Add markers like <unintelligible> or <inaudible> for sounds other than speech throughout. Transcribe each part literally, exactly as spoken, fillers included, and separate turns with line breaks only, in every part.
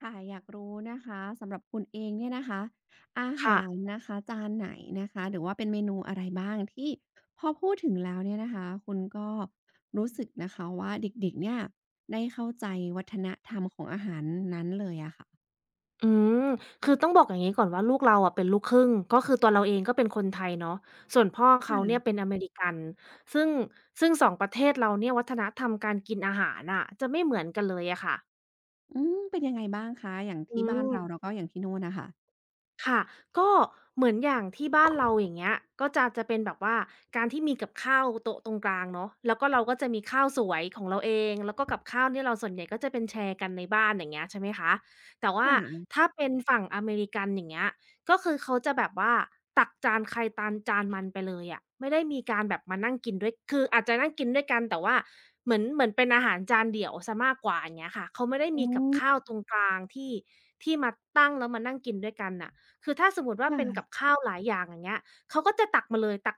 ค่ะอยากรู้นะคะสำหรับคุณเองเนี่ยนะคะอา
ค่ะ
หารนะคะจานไหนนะคะหรือว่าเป็นเมนูอะไรบ้างที่พอพูดถึงแล้วเนี่ยนะคะคุณก็รู้สึกนะคะว่าเด็กๆเนี่ยได้เข้าใจวัฒนธรรมของอาหารนั้นเลยอะค่ะ
อืมคือต้องบอกอย่างนี้ก่อนว่าลูกเราอะเป็นลูกครึ่ง ก็คือตัวเราเองก็เป็นคนไทยเนาะส่วนพ่อเขาเนี่ยเป็
ค่ะ
นอเมริกัน ซึ่งซึ่งสองประเทศเราเนี่ยวัฒนธรรมการกินอาหารน่ะจะไม่เหมือนกันเลยอะค่ะ
อืมเป็นยังไงบ้างคะอย่าง
อื
ที่บ้านเรา
ม
แล้วก็อย่างที่นู่นน่ะคะ
ค่ะก็เหมือนอย่างที่บ้านเราอย่างเงี้ยก็จะจะเป็นแบบว่าการที่มีกับข้าวโต๊ะตรงกลางเนาะแล้วก็เราก็จะมีข้าวสวยของเราเองแล้วก็กับข้าวเนี่ยเราส่วนใหญ่ก็จะเป็นแชร์กันในบ้านอย่างเงี้ยใช่ไหมคะแต่ว่า
ค่ะ
ถ้าเป็นฝั่งอเมริกันอย่างเงี้ยก็คือเขาจะแบบว่าตักจานใครตานจานมันไปเลยอะไม่ได้มีการแบบมานั่งกินด้วยคืออาจจะนั่งกินด้วยกันแต่ว่าเหมือนเหมือนเป็นอาหารจานเดี่ยวเสียมากกว่าอย่างเงี้ยค่ะเขาไม่ได้
อื
มีกับข้า
ม
วตรงกลางที่ที่มาตั้งแล้วมานั่งกินด้วยกันน่ะ คือถ้าสมมุติว่า
ค่ะ
เป็นกับข้าวหลายอย่างอย่างเงี้ยเขาก็จะตักมาเลยตั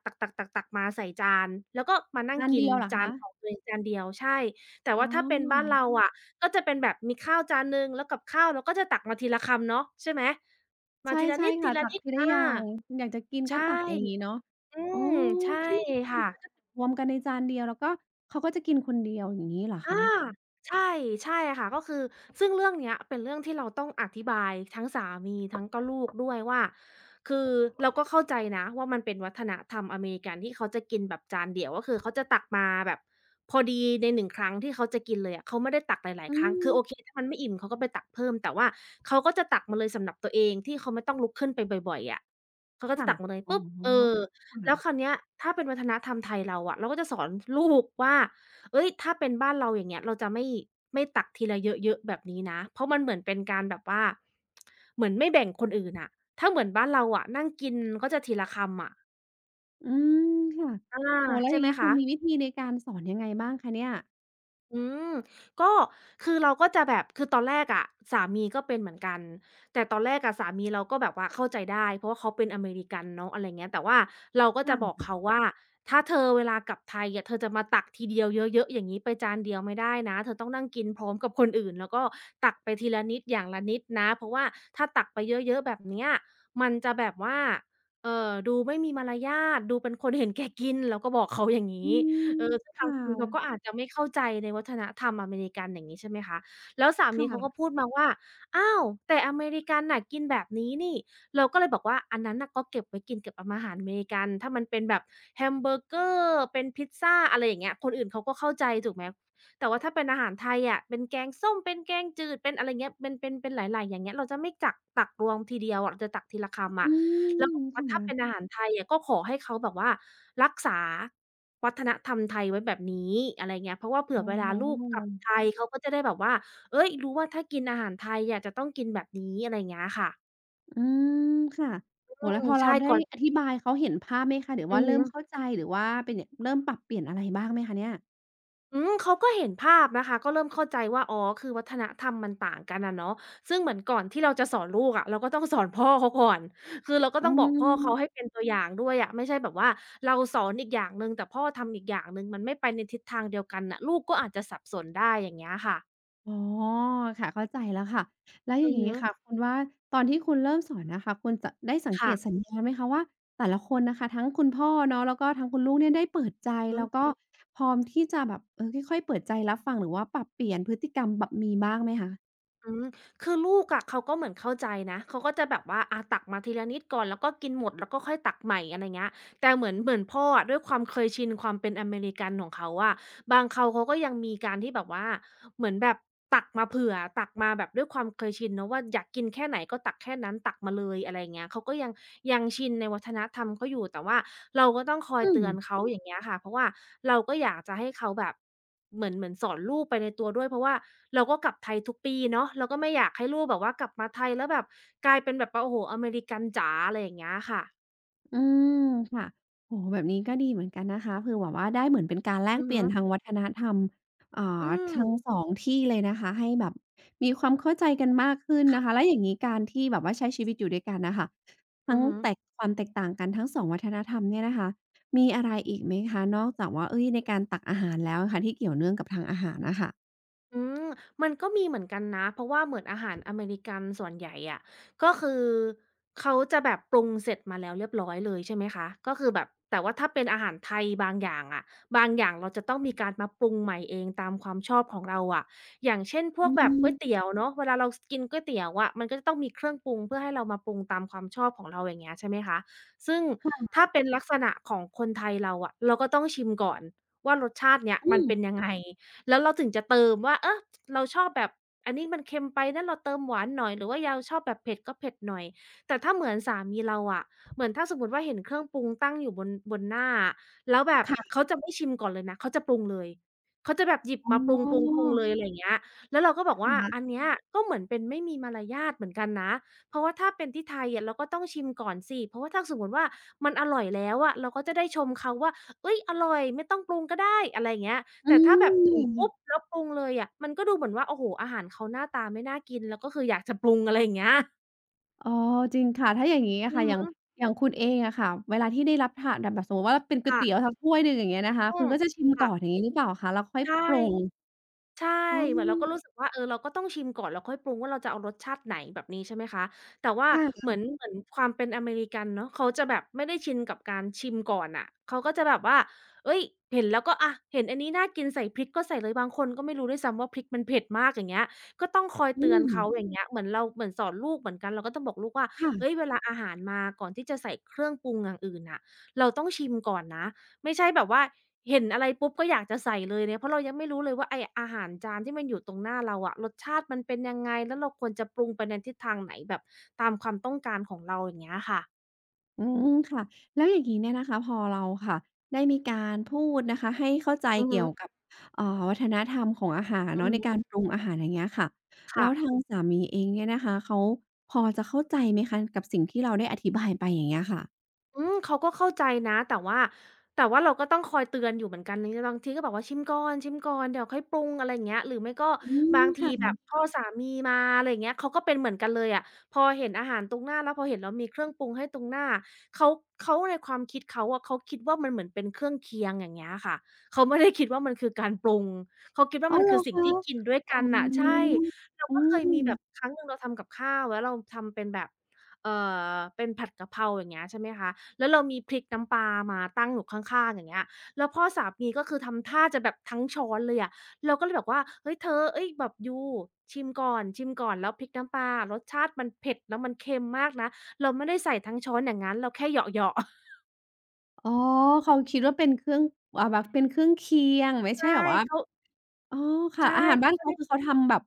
กๆๆๆๆมาใส่จานแล้วก็มานั่ง
จาน
กิน
เดียวเหรอ
จาน
คะ
ของตัวเองจานเดียวใช่แต่
อ๋
ว่าถ้าเป็นบ้านเรา
อ
อะก็จะเป็นแบบมีข้าวจานหนึ่งแล้วกับข้าวเราก็จะตักมาทีละคำเนาะใช่ไหมมา
ใช่
ทีละ
ใช่
นิ
ค่ะตัก
ด
ที
ๆ
ละ
อา
อย่างอยากจะกินก็
ใช่
ตักอะไรอย่างงี้เนาะ
อื
อ๋อ
มใช่
ที่ <unintelligible>
ค่ะ
เขาจะตักรวมกันในจานเดียวแล้วก็เขาก็จะกินคนเดียวอย่างงี้เหรอ
อา
คะ
ใช่ใช่ค่ะก็คือซึ่งเรื่องเนี้ยเป็นเรื่องที่เราต้องอธิบายทั้งสามีทั้งก็ลูกด้วยว่าคือเราก็เข้าใจนะว่ามันเป็นวัฒนธรรมอเมริกันที่เขาจะกินแบบจานเดียวก็คือเขาจะตักมาแบบพอดีในหนึ่งครั้งที่เขาจะกินเลยอะเขาไม่ได้ตักหลาย
อื
ๆครั้งคือโอเค
ม
ถ้ามันไม่อิ่มเขาก็ไปตักเพิ่มแต่ว่าเขาก็จะตักมาเลยสำหรับตัวเองที่เขาไม่ต้องลุกขึ้นไปบ่อยๆอะเขาก็จะ
ค่ะ
ตักมาเลย
อ๋อ
ปุ๊บเออแล้วคราว
ค่ะ
เนี้ยถ้าเป็นวัฒนธรรมไทยเราอะเราก็จะสอนลูกว่า เฮ้ยถ้าเป็นบ้านเราอย่างเงี้ยเราจะไม่ไม่ตักทีละเยอะๆแบบนี้นะเพราะมันเหมือนเป็นการแบบว่าเหมือนไม่แบ่งคนอื่นอะถ้าเหมือนบ้านเราอะนั่งกินก็จะทีละคำอะ
อืมค่ะ
อา
โอ้โฮแล้วอ
ใช่
ย่า
ไห
ง
ม
งี้คุ
คะ
ณมีวิธีในการสอนยังไงบ้างคะเนี่ย
อืมก็คือเราก็จะแบบคือตอนแรกอะสามีก็เป็นเหมือนกันแต่ตอนแรกอะสามีเราก็แบบว่าเข้าใจได้เพราะว่าเขาเป็นอเมริกันเนาะอะไรเงี้ยแต่ว่าเราก็จะ
ค่ะ
บอกเขาว่าถ้าเธอเวลากลับไทยอะเธอจะมาตักทีเดียวเยอะๆอย่างงี้ไปจานเดียวไม่ได้นะเธอต้องนั่งกินพร้อมกับคนอื่นแล้วก็ตักไปทีละนิดอย่างละนิดนะเพราะว่าถ้าตักไปเยอะๆแบบเนี้ยมันจะแบบว่าเอ่อดูไม่มีมารยาทดูเป็นคนเห็นแก่กินเราก็บอกเขาอย่างงี้
อืม
เออซึ่งบาง
ค่
คนเขาก็
ะ
อาจจะไม่เข้าใจในวัฒนธรรมอเมริกันอย่างงี้ใช่ไหมคะแล้วสามีเขาก็
ค่ะ
พูดมาว่าอ้าวแต่อเมริกันน่ะกินแบบนี้นี่เราก็เลยบอกว่าอันนั้นน่ะก็เก็บไว้กินกับอาอาหารอเมริกันถ้ามันเป็นแบบแฮมเบอร์เกอร์เป็นพิซซาอะไรอย่างเงี้ยคนอื่นเขาก็เข้าใจถูกไหมแต่ว่าถ้าเป็นอาหารไทยอะเป็นแกงส้มเป็นแกงจืดเป็นอะไรเงี้ยเป็นเป็นเป็นหลายๆอย่างเงี้ยเราจะไม่จักตักรวมทีเดียวอะเราจะตักทีละคำ
อื
อะ แล้
ม
วก็บอกว่าถ้าเป็น
ค่ะ
อาหารไทยอะก็ขอให้เขาแบบว่ารักษาวัฒนธรรมไทยไว้แบบนี้อะไรเงี้ยเพราะว่าเผื่อ
อ๋
เวลาลูกก
อ
ลับไทยเขาก็จะได้แบบว่าเฮ้ยรู้ว่าถ้ากินอาหารไทยอะจะต้องกินแบบนี้อะไรเงี้ยค่ะ
อืมค่ะ
อื
โอ้โฮแล้
ม
วพอเรา
ใช่
ได้
ก่อน
อธิบายเขาเห็นภาพไหมคะหรือ
อือ
ว่า
ฮึ
เริ่มเข้าใจหรือว่าเป็นยเริ่มปรับเปลี่ยนอะไรบ้างไหมคะเนี่ย
อืมเขาก็เห็นภาพนะคะก็เริ่มเข้าใจว่าอ๋อคือวัฒนธรรมมันต่างกันนะเนาะซึ่งเหมือนก่อนที่เราจะสอนลูกอะะเราก็ต้องสอนพ่อเขาก่อน <laughs> คือเราก็
อื
ต้องบอกพ่อเขาให้
ม
เป็นตัวอย่างด้วยอะะไม่ใช่แบบว่าเราสอนอีกอย่างหนึ่งแต่พ่อทำอีกอย่างหนึ่งมันไม่ไปในทิศทางเดียวกันน่ะลูกก็อาจจะสับสนได้อย่างเงี้ยค่ะ
อ๋อค่ะเข้าใจแล้วค่ะแล้วอ
อื
ย่า
อ
งงี้
ฮึ
ค่ะคุณว่าตอนที่คุณเริ่มสอนนะคะคุณจะได้สังเกตสั
ค่ะ
ญญาณไหมคะว่าแต่ละคนนะคะทั้งคุณพ่อเนาะแล้วก็ทั้งคุณลูกเนี่ยได้เปิดใจแล้วก็พร้อมที่จะแบบเออค่อยๆเปิดใจรับฟังหรือว่าปรับเปลี่ยนพฤติกรรมแบบมีบ้างไหมคะ
อืมคือลูกอะเขาก็เหมือนเข้าใจนะ เขาก็จะแบบว่าอาตักมาทีละนิดก่อนแล้วก็กินหมดแล้วก็ค่อยตักใหม่อะไรเงี้ยแต่เหมือนเหมือนพ่ออะด้วยความเคยชินความเป็นอเมริกันของเขาอะบางเขาเขาก็ยังมีการที่แบบว่า เหมือนแบบตักมาเผื่อตักมาแบบด้วยความเคยชินเนาะว่าอยากกินแค่ไหนก็ตักแค่นั้นตักมาเลยอะไรอย่างเงี้ยเขาก็ยังยังชินในวัฒนธรรมเขาอยู่แต่ว่าเราก็ต้องคอย
อื
เตื
ม
อนเขาอย่างเงี้ยค่ะเพราะว่าเราก็อยากจะให้เขาแบบเหมือนเหมือนสอนลูกไปในตัวด้วยเพราะว่าเราก็กลับไทยทุกปีเนาะเราก็ไม่อยากให้ลูกแบบว่ากลับมาไทยแล้วแบบกลายเป็นแบบว่าโอ้โฮอเมริกันจ๋าอะไรอย่างเงี้ยค่ะ
อืมค่ะโอ้โฮแบบนี้ก็ดีเหมือนกันนะคะคือแบบว่าได้เหมือนเป็นการแลก
อือ
เป
ฮึ
ลี่ยนทางวัฒนธรรม
อื
อ่า
ม
ทั้งสองที่เลยนะคะให้แบบมีความเข้าใจกันมากขึ้นนะคะแล้วอย่างงี้การที่แบบว่าใช้ชีวิตอยู่ด้วยกันน่ะค่ะ
อื
ทั้
อ
ง
ฮึ
แตกความแตกต่างกันทั้งสองวัฒนธรรมเนี่ยนะคะมีอะไรอีกไหมคะนอกจากว่าเฮ้ยในการตักอาหารแล้วอะค่ะที่เกี่ยวเนื่องกับทางอาหารน่ะค่ะ
อืมมันก็มีเหมือนกันนะเพราะว่าเหมือนอาหารอเมริกันส่วนใหญ่อะก็คือเขาจะแบบปรุงเสร็จมาแล้วเรียบร้อยเลยใช่ไหมคะก็คือแบบแต่ว่าถ้าเป็นอาหารไทยบางอย่างอะบางอย่างเราจะต้องมีการมาปรุงใหม่เองตามความชอบของเราอะอย่างเช่นพว
อื
กแบบ
ม
ก๋วยเตี๋ยวเนาะเวลาเราสกินก๋วยเตี๋ยวอะมันก็จะต้องมีเครื่องปรุงเพื่อให้เรามาปรุงตามความชอบของเราอย่างเงี้ยใช่ไหมคะซึ่งถ้าเป็นลักษณะของคนไทยเราอะเราก็ต้องชิมก่อนว่ารสชาติเนี้ย
อื
มัน
ม
เป็นยังไง แล้วเราถึงจะเติมว่าเออเราชอบแบบอันนี้มันเค็มไปนะเราเติมหวานหน่อยหรือว่าเราชอบแบบเผ็ดก็เผ็ดหน่อยแต่ถ้าเหมือนสามีเราอะเหมือนถ้าสมมุติว่าเห็นเครื่องปรุงตั้งอยู่บนบนหน้าอะแล้วแบบ
ค่ะ
เขาจะไม่ชิมก่อนเลยนะเขาจะปรุงเลยเขาจะแบบหยิบมาปรุงๆๆเลยอะไรอ
อ
ย่างเงี้ยแล้วเราก็บอก
๋อ
ว่าอัน
ค่ะ
เนี้ยก็เหมือนเป็นไม่มีมารยาทเหมือนกันนะเพราะว่าถ้าเป็นที่ไทยอะเราก็ต้องชิมก่อนสิเพราะว่าถ้าสมมุติว่ามันอร่อยแล้วอะเราก็จะได้ชมเขาว่าเฮ้ยอร่อยไม่ต้องปรุงก็ได้อะไรอย่างเงี้ย
อื
แต่ถ้าแบบหุงปุ๊บ
ม
แล้วปรุงเลยอะมันก็ดูเหมือนว่าโอ้โฮอาหารเขาหน้าตาไม่น่ากินแล้วก็คืออยากจะปรุงอะไรอย่างเงี้ย
อ๋อจริงค่ะถ้าอย่างงี้อะ
อื
ค่ะ
อ
อย่า
ฮึ
งอย่างคุณเองอะค่ะเวลาที่ได้รับทานแบบสมมุติว่าเป็นก๋วย
ค่ะ
เตี๋ยวสักถ้วยหนึ่งอย่างเงี้ยนะคะ
อื
คุณ
ม
ก็จะชิม
ค่ะ
ก่อนอย่างงี้หรือเปล่าคะแล้วค่อย
ใช่
ปรุง
ใช่
อ๋
เหมือนเราก็
อ
รู้สึกว่าเออเราก็ต้องชิมก่อนแล้วค่อยปรุงว่าเราจะเอารสชาติไหนแบบนี้ใช่ไหมคะแต่ว่า
ค่ะ
เหมือนเหมือนความเป็นอเมริกันเนาะเขาจะแบบไม่ได้ชินกับการชิมก่อนน่ะเขาก็จะแบบว่าเฮ้ยเห็นแล้วก็อะเห็นอันนี้น่ากินใส่พริกก็ใส่เลยบางคนก็ไม่รู้ด้วยซ้ำว่าพริกมันเผ็ดมากอย่างเงี้ยก็ต้องคอย
อื
เตือน
ม
เขาอย่างเงี้ยเหมือนเราเหมือนสอนลูกเหมือนกันเราก็ต้องบอกลูกว่าเฮ้ยเว
ค่ะ
ลาอาหารมาก่อนที่จะใส่เครื่องปรุงอย่างอื่นน่ะเราต้องชิมก่อนนะ ไม่ใช่แบบว่าเห็นอะไรปุ๊บก็อยากจะใส่เลยเนี่ยเพราะเรายังไม่รู้เลยว่าไอ้อาหารจานที่มันอยู่ตรงหน้าเราอะรสชาติมันเป็นยังไงแล้วเราควรจะปรุงไปในทิศทางไหนแบบตามความต้องการของเราอย่างเงี้ยค่ะ
อืมค่ะแล้วอย่างงี้เนี่ยนะคะพอเราค่ะได้มีการพูดนะคะให้เข้าใจ
อือฮึ
เกี่ยวกับเอ่อวัฒนธรรมของอาหาร
อือ
เนาะใน
ฮึ
การปรุงอาหารอย่างเงี้ยค่ะแล้
ค่ะ
วทางสามีเองเนี่ยนะคะเขาพอจะเข้าใจไหมคะกับสิ่งที่เราได้อธิบายไปอย่างเงี้ยค่ะ
อืมเขาก็เข้าใจนะแต่ว่าแต่ว่าเราก็ต้องคอยเตือนอยู่เหมือนกันในะบางทีก็บอกว่าชิมก่อนชิมก่อนเดี๋ยวค่อยปรุงอะไรอย่างเงี้ยหรือไม่ก็
อืม
บางทีแบ
ค่ะ
บพ่อสามีมาอะไรอย่างเงี้ยเขาก็เป็นเหมือนกันเลยอะพอเห็นอาหารตรงหน้าแล้วพอเห็นเรามีเครื่องปรุงให้ตรงหน้าเขาเขาในความคิดเขาอะเขาคิดว่ามันเหมือนเป็นเครื่องเคียงอย่างเงี้ยค่ะเขาไม่ได้คิดว่ามันคือการปรุงเขาคิดว่า
อ้า
มั
ว
น
เหร
คือ
อ
สิ่ง
คะ
ที่กินด้วย
อ๋อ
กันน่ะใช่อือฮึเรา
อื
ก็เคยมี
ม
แบบครั้งหนึ่งเราทำกับข้าวแล้วเราทำเป็นแบบเอ่อเป็นผัดกะเพราอย่างเงี้ยใช่ไหมคะ แล้วเรามีพริกน้ำปลามาตั้งอยู่ข้างๆอย่างเงี้ยแล้วพ่อสามีก็คือทำท่าจะแบบทั้งช้อนเลยอะเราก็เลยบอกว่าเฮ้ยเธอเฮ้ยแบบยูชิมก่อนชิมก่อนแล้วพริกน้ำปลารสชาติมันเผ็ดแล้วมันเค็มมากนะเราไม่ได้ใส่ทั้งช้อนอย่างงั้นเราแค่เหยาะๆ
อ๋อ เขาคิดว่าเป็นเครื่องอ่าแบบเป็นเครื่องเคียงไม่ใช่
ใช่
แบบว่า
เขา
อ๋อค่ะ
ใช่
อาหาร
เขา
บ้าน
ไม่
เขา
ได้
คือเขาทำแบบ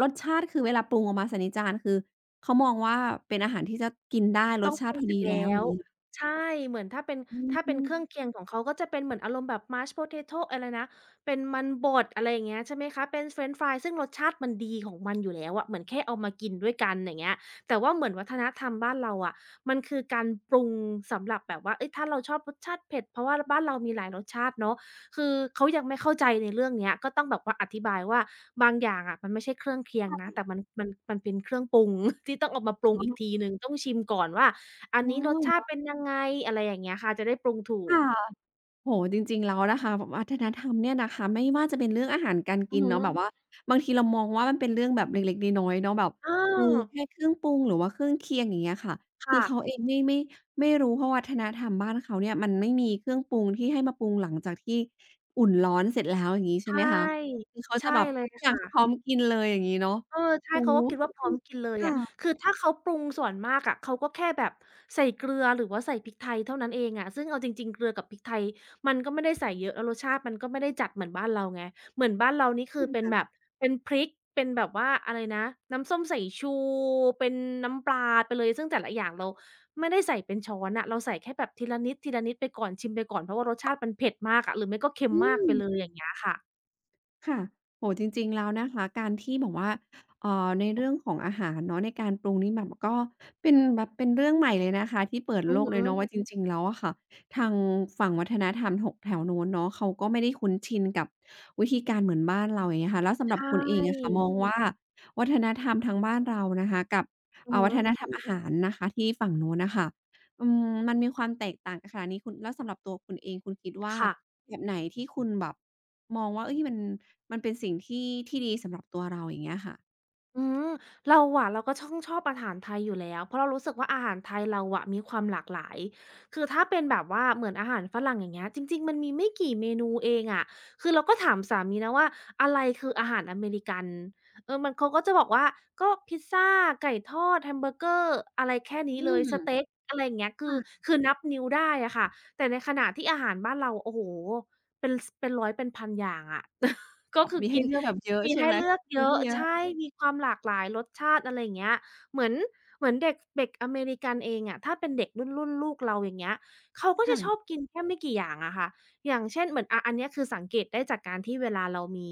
รสชาติคือเวลาปรุงออกมาใส่ในจานคือเขามองว่าเป็นอาหารที่จะกินได้ร
ต้อ
ส
งป
ชา
รุ
ติ
ง
พอ
เสร็
ดี
จ
แล้ว
แล้
อ
ว
ย่างงี้เหรอ
ใช่เหมือนถ้าเป็น
อื
ถ้าเป็นเครื่อง
ม
เคียงของเขาก็จะเป็นเหมือนอารมณ์แบบ mashed potato อะไรนะเป็นมันบดอะไรอย่างเงี้ยใช่ไหมคะเป็นเฟรนช์ฟรายซึ่งรสชาติมันดีของมันอยู่แล้วอะเหมือนแค่เอามากินด้วยกันอย่างเงี้ยแต่ว่าเหมือนวัฒนธรรมบ้านเราอะมันคือการปรุงสำหรับแบบว่าเฮ้ยถ้าเราชอบรสชาติเผ็ดเพราะว่าบ้านเรามีหลายรสชาติเนาะคือเขายังไม่เข้าใจในเรื่องเนี้ยก็ต้องแบบว่าอธิบายว่าบางอย่างอะมันไม่ใช่เครื่องเคียงนะแต่มันมันมันเป็นเครื่องปรุง <laughs> ที่ต้องเอามาปรุง
อ๋
อีก
อ
ทีหนึ่งต้องชิมก่อนว่า อัน
อ๋
นี้รสชา
อ
ติเป็นยังไงอะไรอย่างเงี้ยค่ะจะได้ปรุงถูก
ค่ะ โอ้โฮจริงๆแล้วนะคะวัฒนธรรมเนี่ยนะคะไม่ว่าจะเป็นเรื่องอาหารการ
อือ
กิน
ฮึ
เนาะแบบว่าบางทีเรามองว่ามันเป็นเรื่องแบบเล็กๆน้อยๆเนาะแบบ
เอ
เออ
อ
แค่เครื่องปรุงหรือว่าเครื่องเคียงอย่างเงี้ยค่ะคือ
ค่ะ
เขาเองไม่ไม่ไม่รู้เพราะวัฒนธรรมบ้านเขาเนี่ยมันไม่มีเครื่องปรุงที่ให้มาปรุงหลังจากที่อุ่นร้อนเสร็จแล้วอย่างงี้
ใช
ใช่ไหมคะ
่
คือเขาจะ
ใช่
แบบ
เลย
ทุกอย่างจะพร้
ค่ะ
อมกินเลยอย่างงี้เนาะ
เออใช่
โอ้
เขา
โฮ
ก็คิดว่า
ก็
พร้
เป็
อ
น
มกินเลยอะ
ค่ะ
คือถ้าเขาปรุงส่วนมากอะเขาก็แค่แบบใส่เกลือหรือว่าใส่พริกไทยเท่านั้นเองอะซึ่งเอาจริงๆเกลือกับพริกไทยมันก็ไม่ได้ใส่เยอะแล้วรสชาติมันก็ไม่ได้จัดเหมือนบ้านเราไงเหมือนบ้านเรานี่คือเป็น
ค่ะ
แบบเป็นพริกเป็นแบบว่าอะไรนะน้ำส้มสายชูเป็นน้ำปลาไปเลยซึ่งแต่ละอย่างเราไม่ได้ใส่เป็นช้อนอะเราใส่แค่แบบทีละนิดๆไปก่อนชิมไปก่อนเพราะว่ารสชาติมันเผ็ดมากอะหรือไม่ก็เค็ม
อื
มากไป
ม
เลยอย่างเงี้ยค่ะ
ค่ะโอ้โฮจริงๆแล้วนะคะการที่แบบว่าเอ่อในเรื่องของอาหารเนาะในการปรุงนี่แบบก็เป็นแบบเป็นเรื่องใหม่เลยนะคะที่เปิด
อื
โล
อ
ก
ฮึ
เลยเอนาะว่าจอริงๆแล้วอะค่ะทางฝั่งวัฒนธรรมถกแถวนู้นเนาะเขาก็ไม่ได้คุ้นชินกับวิธีการเหมือนบ้านเราอย่างเงี้ยค่ะแล้วสำหรับ
ใช่
คุณเองอะค่ะมองอืว่มามวัฒนธรรมทางบ้านเรานะคะกับ
อือ
อ่าวั
ฮึ
ฒนธรรมอาหารนะคะที่ฝั่งนู้นน่ะค่ะอืมมันมีความแตกต่างกันขนาดนี้คุณแล้วสำหรับตัวคุณเองคุณคิดว่า
ค่ะ
แบบไหนที่คุณแบบ มองว่าเฮ้ยมันมันเป็นสิ่งที่ที่ดีสำหรับตัวเราอย่างเงี้ยค่ะ
อืมเราอะเราก็ช่องชอบอาหารไทยอยู่แล้วเพราะเรารู้สึกว่าอาหารไทยเราอะมีความหลากหลายคือถ้าเป็นแบบว่าเหมือนอาหารฝรั่งอย่างเงี้ยจริงๆมันมีไม่กี่เมนูเองอะคือเราก็ถามสามีนะว่าอะไรคืออาหารอเมริกันเออมันเขาก็จะบอกว่าก็พิซซาไก่ทอดแฮมเบอร์เกอร์อะไรแค่นี้
อื
เลยสเต็
ม
กอะไรอย่างเงี้ยคือ
ค่ะ
คือนับนิ้วได้อะค่ะแต่ในขณะที่อาหารบ้านเราโอ้โฮเป็นสเป็นร้อยเป็นพันอย่างอะ <laughs> ก็
แบบ
คือ
มี
กิ
ให้
น
เลือกแบบเยอะ
มี
ใช่
ให้
ไหม
เลื
เ
อก
ครื
เย
อ
อะ
เคียก็เยอะ
ใช่มีความหลากหลายรสชาติอะไรอย่างเงี้ยเหมือนเหมือนเด็กเด็กอเมริกันเองอะถ้าเป็นเด็กรุ่นรุ่นลูกเราอย่างเงี้ยเขาก็จะชอบ
ค่ะ
กินแค่ไม่กี่อย่างอะค่ะอย่างเช่นเหมือนอะอันเนี้ยคือสังเกตได้จากการที่เวลาเรามี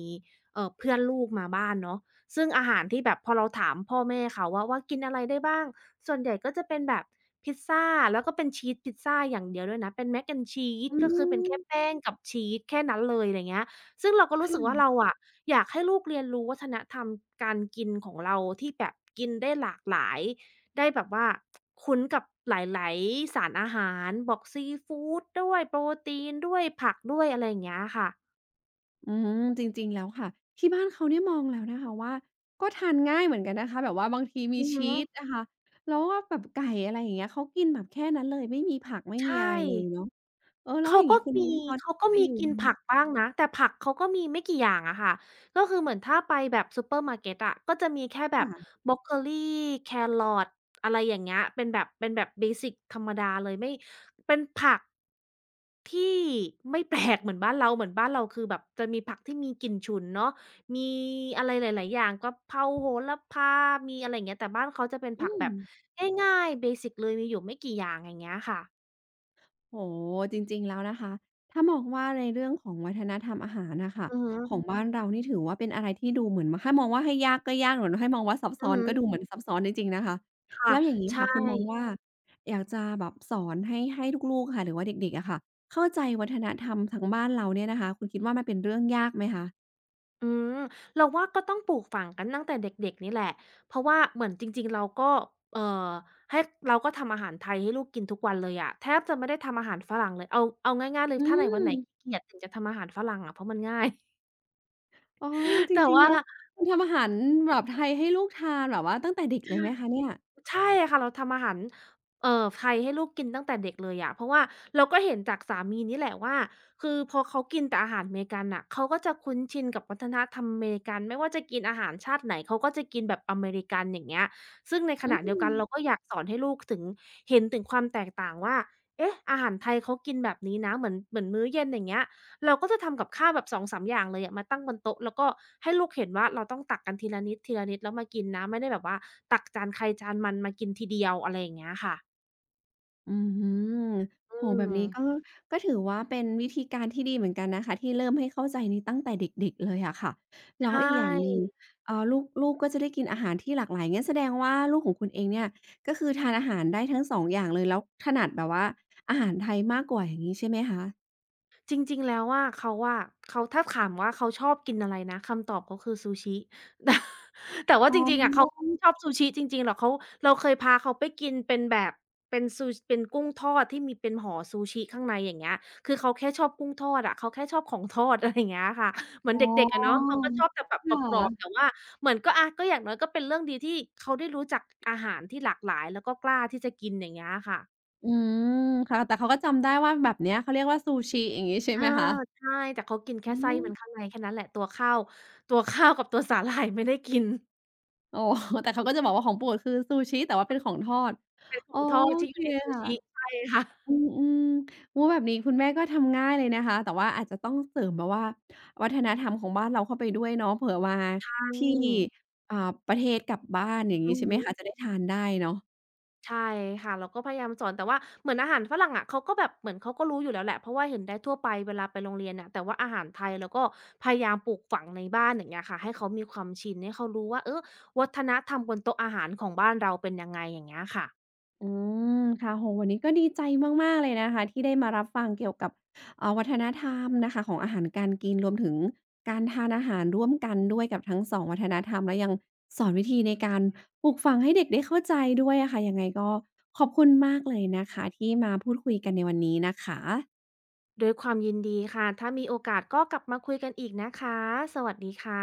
เอ่อเพื่อนลูกมาบ้านเนาะซึ่งอาหารที่แบบพอเราถามพ่อแม่เขาว่าว่ากินอะไรได้บ้างส่วนใหญ่ก็จะเป็นแบบพิซซาแล้วก็เป็นชีสพิซซาอย่างเดียวด้วยนะเป็น mac and cheese
อื
ก็คือเป็น
ม
แค่แป้งกับชีสแค่นั้นเลยอะไรเงี้ยซึ่งเราก็
ค
รู้สึกว่าเรา
่ะ
อะ อยากให้ลูกเรียนรู้วัฒนธรรมการกินของเราที่แบบกินได้หลากหลายได้แบบว่าคุ้นกับหลายๆ สารอาหารบอกซีฟูดด้วยโปรตีนด้วยผักด้วยอะไรอย่างเงี้ยค่ะ
อืมจริงๆแล้วค่ะที่บ้านเขาเนี่ยมองแล้วนะคะว่าก็ทานง่ายเหมือนกันนะคะแบบว่าบางทีมี
อือฮึ
ชีสนะคะแล้วก็แบบไก่อะไรอย่างเงี้ยเขากินแบบแค่นั้นเลยไม่มีผักไม่
ใช
มีอะ
่
ไรเลยเนาะเออแล้ว
เขา
อย่าง
ก็
งี้คุณ
มี
ตอนที่
เขา
คุ
ก็
ณไป
มี
อยู่
กิน
มัน
ผักบ้างนะแต่ผักเขาก็มีไม่กี่อย่างอะค่ะก็คือเหมือนถ้าไปแบบซูเปอร์มาร์เก็ตอะก็จะมีแค่แบบ
ค่ะ
บรอกโคลีแครอทอะไรอย่างเงี้ยเป็นแบบเป็นแบบเบสิกธรรมดาเลยไม่เป็นผัก ที่ไม่แปลกเหมือนบ้านเราเหมือนบ้านเราคือแบบจะมีผักที่มีกลิ่นฉุนเนาะมีอะไรหลายๆอย่างกะเพราโหระพามีอะไรอย่างเงี้ยแต่บ้านเขาจะเป็นผั
อื
กแบ
ม
บง่ายๆเบสิกเลยมีอยู่ไม่กี่อย่างอย่างเงี้ยค่ะ
โอ้โฮจริงๆแล้วนะคะถ้ามองว่าในเรื่องของวัฒนธรรมอาหารน่ะค่ะ
อือฮึ
ขอืองมบ้านเรานี่ถือว่าเป็นอะไรที่ดูเหมือนถ้ามองว่าให้ยากก็ยากเหมือนให้มองว่าซับ
อื
ซ้
อ
อน
ฮึ
ก็ดูเหมือนซับซ้อนจริงๆนะคะ
ค่ะ
แล้วอย่างงี้
ใช
ค่ะคุณมอง
่
ว่าอยากจะแบบสอนให้ให้ลูกๆค่ะหรือว่าเด็กๆอะค่ะเข้าใจวัฒนธรรมทางบ้านเราเนี่ยนะคะคุณคิดว่ามันเป็นเรื่องยากไหมคะ
อืมเราว่าก็ต้องปลูกฝังกันตั้งแต่เด็กๆนี่แหละเพราะว่าเหมือนจริงๆเราก็เอ่อให้เราก็ทำอาหารไทยให้ลูกกินทุกวันเลยอะแทบจะไม่ได้ทำอาหารฝรั่งเลยเอาเอาง่ายๆเลย
อื
ถ้าไหนวันไหนขี้
ม
เกียจถึงจะทำอาหารฝรั่งอะเพราะมันง่าย
อ๋อจ
แต่
ริงๆ
ว่า
แล้วคุณทำอาหารแบบไทยให้ลูกทานแบบว่าตั้งแต่เด็กเลยไหมคะเนี่ย
ใช่ค่ะเราทำอาหารเอ่อไทยให้ลูกกินตั้งแต่เด็กเลยอะเพราะว่าเราก็เห็นจากสามีนี่แหละว่าคือพอเขากินแต่อาหารอเมริกันน่ะเขาก็จะคุ้นชินกับวัฒนธรรมอเมริกันไม่ว่าจะกินอาหารชาติไหนเขาก็จะกินแบบอเมริกันอย่างเงี้ยซึ่งในขณะเดี
อื
ยวกันเราก็อยากสอนให้ลูกถึงเห็นถึงความแตกต่างว่าเอ๊ะอาหารไทยเขากินแบบนี้นะเหมือนเหมือนมื้อเย็นอย่างเงี้ย เราก็จะทำกับข้าวแบบสองสามองสามอย่างเลยอะมาตั้งบนโต๊ะแล้วก็ให้ลูกเห็นว่าเราต้องตักกันทีละนิดๆแล้วมากินนะไม่ได้แบบว่าตักจานใครจานมันมากินทีเดียวอะไรอย่างเงี้ยค่ะ
อืม
อื
โหแบบ
ม
นี้ก็ก็ถือว่าเป็นวิธีการที่ดีเหมือนกันนะคะที่เริ่มให้เข้าใจในี้ตั้งแต่เด็กๆเลยอะค่ะแล้ว
ใช่
อีกอย่างหนึ่งเอ่อลูกลูกก็จะได้กินอาหารที่หลากหลายงั้นแสดงว่าลูกของคุณเองเนี่ยก็คือทานอาหารได้ทั้งสองอย่างเลยแล้วถนัดแบบว่าอาหารไทยมากกว่าอย่างงี้ใช่ไหมคะ
จริงๆแล้วอะเขาอะเขาถ้าถามว่าเขาชอบกินอะไรนะคำตอบเขาคือซูชิ <laughs> แต่แต่ว่า
อ๋
จริงๆอะเขา
อ
ไม่ชอบซูชิจริงๆหรอกเขาเราเคยพาเขาไปกินเป็นแบบเป็นซูเป็นกุ้งทอดที่มีเป็นห่อซูชิข้างในอย่างเงี้ยคือเขาแค่ชอบกุ้งทอดอะเขาแค่ชอบของทอดอะไรอย่างเงี้ยค่ะเหมือน
อ๋
เด็กๆอะเนาะ
อ
เขาก็ชอบแต่แบบก
ค่
รอบๆแต่
ะ
ว่าเหมือนก็อาก็อย่างน้อยก็เป็นเรื่องดีที่เขาได้รู้จักอาหารที่หลากหลายแล้วก็กล้าที่จะกินอย่างเงี้ยค่ะ
อืมค่ะแต่เขาก็จำได้ว่าแบบเนี้ยเขาเรียกว่าซูชิอย่างงี้ใช่
เออ
ไหมคะ
ใช่แต่เขากินแค่ไส้
อา
มันข้างในแค่นั้นแหละตัวข้าวตัวข้าวกับตัวสาหร่ายไม่ได้กิน <laughs>
โอ้ <laughs> แต่เขาก็จะบอกว่าของโปรดคือซูชิแต่ว่าเป็นของทอด
เป็นข
โอ
องทอดที่อ
เค
ยู่ในซูชิ
ค่ะ
ใช่ค่ะ
อืมอืมโอแบบนี้คุณแม่ก็ทำง่ายเลยนะคะแต่ว่าอาจจะต้องเสริมแบบว่าวัฒนธรรมของบ้านเราเข้าไปด้วยเนาะเผื่อว่า
ใช่
ที่อ่าประเทศกลับบ้านอย่าง
อื
งี้
อ
ใช่ไหม
ฮึ
คะจะได้ทานได้เนาะ
ใช่ค่ะเราก็พยายามสอนแต่ว่าเหมือนอาหารฝรั่งอะเขาก็แบบเหมือนเขาก็รู้อยู่แล้วแหละเพราะว่าเห็นได้ทั่วไปเวลาไปโรงเรียนน่ะแต่ว่าอาหารไทยเราก็พยายามปลูกฝังในบ้านอย่างเงี้ยค่ะให้เขามีความชินให้เขารู้ว่าเออวัฒนธรรมบนโต๊ะอาหารของบ้านเราเป็นยังไงอย่างเงี้ยค่ะ
อืมค่ะโอ้โฮวันนี้ก็ดีใจมากๆเลยนะคะที่ได้มารับฟังเกี่ยวกับเอ่อวัฒนธรรมนะคะของอาหารการกินรวมถึงการทานอาหารร่วมกันด้วยกับทั้งสองวัฒนธรรมและยังสอนวิธีในการปลูกฝังให้เด็กได้เข้าใจด้วยอะค่ะยังไงก็ขอบคุณมากเลยนะคะที่มาพูดคุยกันในวันนี้นะคะ
ด้วยความยินดีค่ะ ถ้ามีโอกาสก็กลับมาคุยกันอีกนะคะ สวัสดีค่ะ